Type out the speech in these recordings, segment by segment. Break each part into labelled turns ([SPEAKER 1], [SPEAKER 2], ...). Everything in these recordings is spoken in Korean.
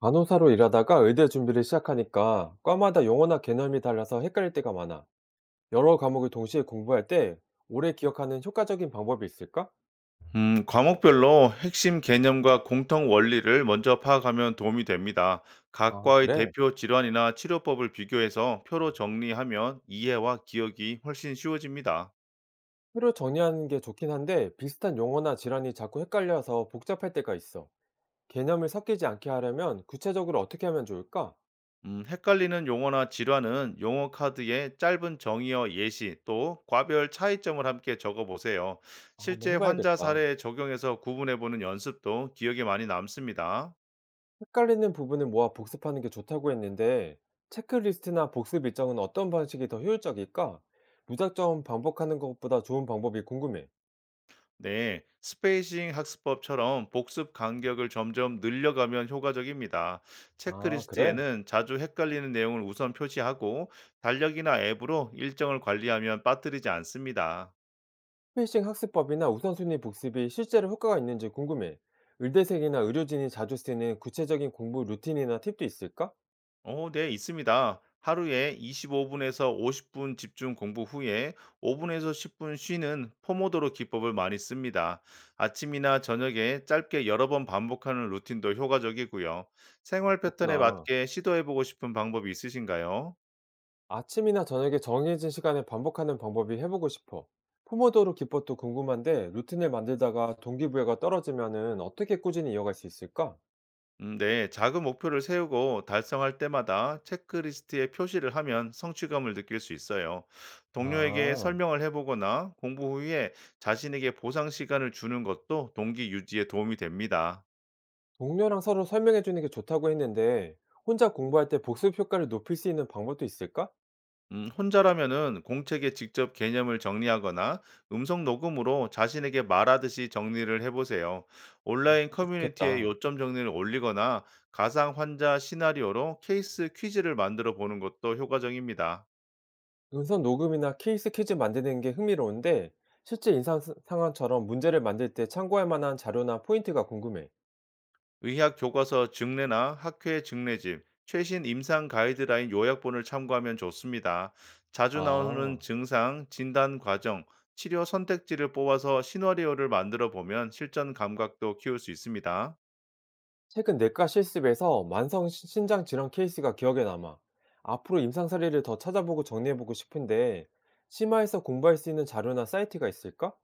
[SPEAKER 1] 간호사로 일하다가 의대 준비를 시작하니까 과마다 용어나 개념이 달라서 헷갈릴 때가 많아. 여러 과목을 동시에 공부할 때 오래 기억하는 효과적인 방법이 있을까?
[SPEAKER 2] 과목별로 핵심 개념과 공통 원리를 먼저 파악하면 도움이 됩니다.
[SPEAKER 1] 아,
[SPEAKER 2] 각과의
[SPEAKER 1] 그래?
[SPEAKER 2] 대표 질환이나 치료법을 비교해서 표로 정리하면 이해와 기억이 훨씬 쉬워집니다.
[SPEAKER 1] 표로 정리하는 게 좋긴 한데 비슷한 용어나 질환이 자꾸 헷갈려서 복잡할 때가 있어. 개념을 섞이지 않게 하려면 구체적으로 어떻게 하면 좋을까?
[SPEAKER 2] 헷갈리는 용어나 질환은 용어 카드에 짧은 정의어 예시 또 과별 차이점을 함께 적어보세요.
[SPEAKER 1] 아, 한번
[SPEAKER 2] 실제 환자
[SPEAKER 1] 해봐야겠다.
[SPEAKER 2] 사례에 적용해서 구분해보는 연습도 기억에 많이 남습니다.
[SPEAKER 1] 헷갈리는 부분을 모아 복습하는 게 좋다고 했는데 체크리스트나 복습 일정은 어떤 방식이 더 효율적일까? 무작정 반복하는 것보다 좋은 방법이 궁금해.
[SPEAKER 2] 네, 스페이싱 학습법처럼 복습 간격을 점점 늘려가면 효과적입니다.
[SPEAKER 1] 아, 그래?
[SPEAKER 2] 체크리스트에는 자주 헷갈리는 내용을 우선 표시하고 달력이나 앱으로 일정을 관리하면 빠뜨리지 않습니다.
[SPEAKER 1] 회싱 학습법이나 우선순위 복습이 실제로 효과가 있는지 궁금해. 의대생이나 의료진이 자주 쓰는 구체적인 공부 루틴이나 팁도 있을까?
[SPEAKER 2] 네, 있습니다. 하루에 25분에서 50분 집중 공부 후에 5분에서 10분 쉬는 포모도로 기법을 많이 씁니다. 아침이나 저녁에 짧게 여러 번 반복하는 루틴도 효과적이고요. 생활 패턴에
[SPEAKER 1] 그렇구나.
[SPEAKER 2] 맞게 시도해보고 싶은 방법이 있으신가요?
[SPEAKER 1] 아침이나 저녁에 정해진 시간에 반복하는 방법이 해보고 싶어. 포모도로 기법도 궁금한데 루틴을 만들다가 동기부여가 떨어지면은 어떻게 꾸준히 이어갈 수 있을까?
[SPEAKER 2] 네, 작은 목표를 세우고 달성할 때마다 체크리스트에 표시를 하면 성취감을 느낄 수 있어요. 동료에게
[SPEAKER 1] 아,
[SPEAKER 2] 설명을 해보거나 공부 후에 자신에게 보상 시간을 주는 것도 동기 유지에 도움이 됩니다.
[SPEAKER 1] 동료랑 서로 설명해주는 게 좋다고 했는데 혼자 공부할 때 복습 효과를 높일 수 있는 방법도 있을까?
[SPEAKER 2] 혼자라면은 공책에 직접 개념을 정리하거나 음성 녹음으로 자신에게 말하듯이 정리를 해보세요.
[SPEAKER 1] 어,
[SPEAKER 2] 온라인
[SPEAKER 1] 그것도
[SPEAKER 2] 커뮤니티에
[SPEAKER 1] 좋겠다.
[SPEAKER 2] 요점 정리를 올리거나 가상 환자 시나리오로 케이스 퀴즈를 만들어 보는 것도 효과적입니다.
[SPEAKER 1] 음성 녹음이나 케이스 퀴즈 만드는 게 흥미로운데 실제 상황처럼 문제를 만들 때 참고할 만한 자료나 포인트가 궁금해.
[SPEAKER 2] 의학 교과서 증례나 학회 증례집, 최신 임상 가이드라인 요약본을 참고하면 좋습니다. 자주 나오는
[SPEAKER 1] 아,
[SPEAKER 2] 증상, 진단 과정, 치료 선택지를 뽑아서 시나리오를 만들어 보면 실전 감각도 키울 수 있습니다.
[SPEAKER 1] 최근 내과 실습에서 만성 신장 질환 케이스가 기억에 남아. 앞으로 임상 사례를 더 찾아보고 정리해보고 싶은데 심화해서 공부할 수 있는 자료나 사이트가 있을까?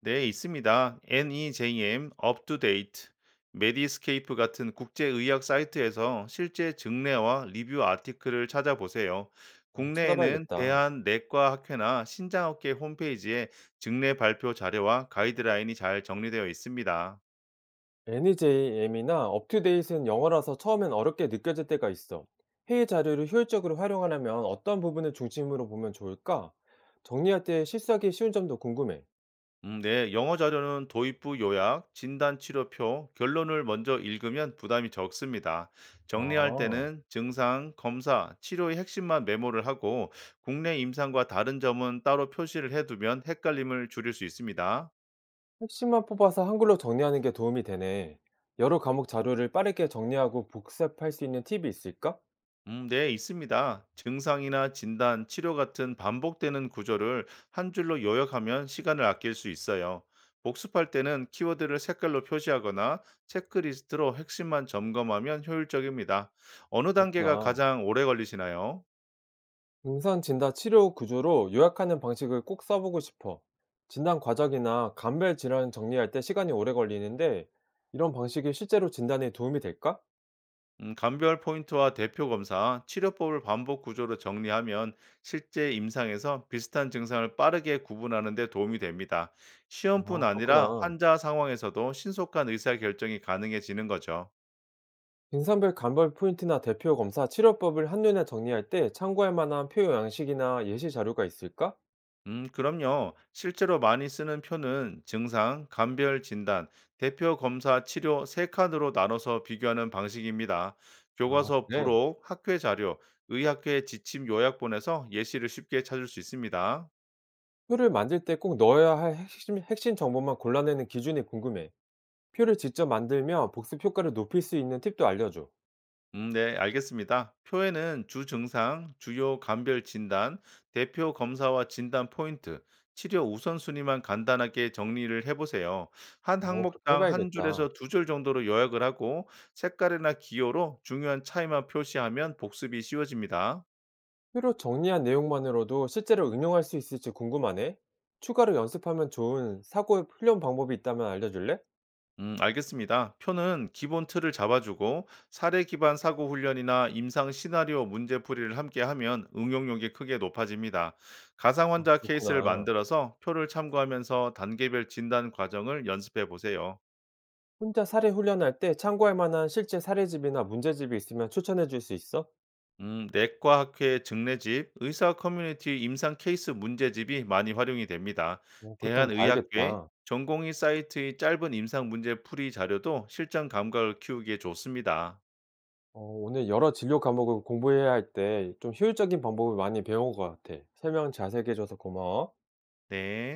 [SPEAKER 2] 네, 있습니다. NEJM, UpToDate, 메디스케이프 같은 국제의학 사이트에서 실제 증례와 리뷰 아티클을 찾아보세요.
[SPEAKER 1] 어,
[SPEAKER 2] 국내에는
[SPEAKER 1] 찾아봐야겠다.
[SPEAKER 2] 대한내과학회나 신장학회 홈페이지에 증례 발표 자료와 가이드라인이 잘 정리되어 있습니다.
[SPEAKER 1] NEJM이나 업투데이트는 영어라서 처음엔 어렵게 느껴질 때가 있어. 회의 자료를 효율적으로 활용하려면 어떤 부분을 중심으로 보면 좋을까? 정리할 때 실수하기 쉬운 점도 궁금해.
[SPEAKER 2] 네. 영어 자료는 도입부 요약, 진단 치료표, 결론을 먼저 읽으면 부담이 적습니다. 정리할
[SPEAKER 1] 아,
[SPEAKER 2] 때는 증상, 검사, 치료의 핵심만 메모를 하고 국내 임상과 다른 점은 따로 표시를 해두면 헷갈림을 줄일 수 있습니다.
[SPEAKER 1] 핵심만 뽑아서 한글로 정리하는 게 도움이 되네. 여러 과목 자료를 빠르게 정리하고 복습할 수 있는 팁이 있을까?
[SPEAKER 2] 네, 있습니다. 증상이나 진단, 치료 같은 반복되는 구조를 한 줄로 요약하면 시간을 아낄 수 있어요. 복습할 때는 키워드를 색깔로 표시하거나 체크리스트로 핵심만 점검하면 효율적입니다. 어느 단계가
[SPEAKER 1] 그렇구나.
[SPEAKER 2] 가장 오래 걸리시나요?
[SPEAKER 1] 임상 진단 치료 구조로 요약하는 방식을 꼭 써보고 싶어. 진단 과정이나 감별 질환 정리할 때 시간이 오래 걸리는데 이런 방식이 실제로 진단에 도움이 될까?
[SPEAKER 2] 감별 포인트와 대표 검사, 치료법을 반복 구조로 정리하면 실제 임상에서 비슷한 증상을 빠르게 구분하는 데 도움이 됩니다. 시험뿐
[SPEAKER 1] 아,
[SPEAKER 2] 아니라
[SPEAKER 1] 그렇구나.
[SPEAKER 2] 환자 상황에서도 신속한 의사 결정이 가능해지는 거죠.
[SPEAKER 1] 등상별 감별 포인트나 대표 검사 치료법을 한눈에 정리할 때 참고할 만한 표요 양식이나 예시 자료가 있을까?
[SPEAKER 2] 그럼요. 실제로 많이 쓰는 표는 증상, 감별 진단, 대표 검사 치료 세 칸으로 나눠서 비교하는 방식입니다.
[SPEAKER 1] 아,
[SPEAKER 2] 교과서
[SPEAKER 1] 그래.
[SPEAKER 2] 부록, 학회 자료, 의학회 지침 요약본에서 예시를 쉽게 찾을 수 있습니다.
[SPEAKER 1] 표를 만들 때 꼭 넣어야 할 핵심 정보만 골라내는 기준이 궁금해. 표를 직접 만들면 복습 효과를 높일 수 있는 팁도 알려줘.
[SPEAKER 2] 네, 알겠습니다. 표에는 주 증상, 주요 감별 진단, 대표 검사와 진단 포인트, 치료 우선순위만 간단하게 정리를 해보세요. 한
[SPEAKER 1] 오, 그렇게
[SPEAKER 2] 항목당 한 줄에서
[SPEAKER 1] 해봐야겠다.
[SPEAKER 2] 두 줄 정도로 요약을 하고 색깔이나 기호로 중요한 차이만 표시하면 복습이 쉬워집니다.
[SPEAKER 1] 표로 정리한 내용만으로도 실제로 응용할 수 있을지 궁금하네. 추가로 연습하면 좋은 사고 훈련 방법이 있다면 알려줄래?
[SPEAKER 2] 알겠습니다. 표는 기본 틀을 잡아주고 사례 기반 사고 훈련이나 임상 시나리오 문제풀이를 함께 하면 응용력이 크게 높아집니다. 가상 환자 케이스를
[SPEAKER 1] 그렇구나.
[SPEAKER 2] 만들어서 표를 참고하면서 단계별 진단 과정을 연습해 보세요.
[SPEAKER 1] 혼자 사례 훈련할 때 참고할 만한 실제 사례집이나 문제집이 있으면 추천해 줄 수 있어?
[SPEAKER 2] 내과 학회 증례집, 의사 커뮤니티 임상 케이스 문제집이 많이 활용이 됩니다.
[SPEAKER 1] 어, 그럼
[SPEAKER 2] 대한의학회
[SPEAKER 1] 봐야겠다.
[SPEAKER 2] 전공의 사이트의 짧은 임상 문제풀이 자료도 실전 감각을 키우기에 좋습니다.
[SPEAKER 1] 어, 오늘 여러 진료 과목을 공부해야 할 때 좀 효율적인 방법을 많이 배운 것 같아. 설명 자세히 해줘서 고마워.
[SPEAKER 2] 네.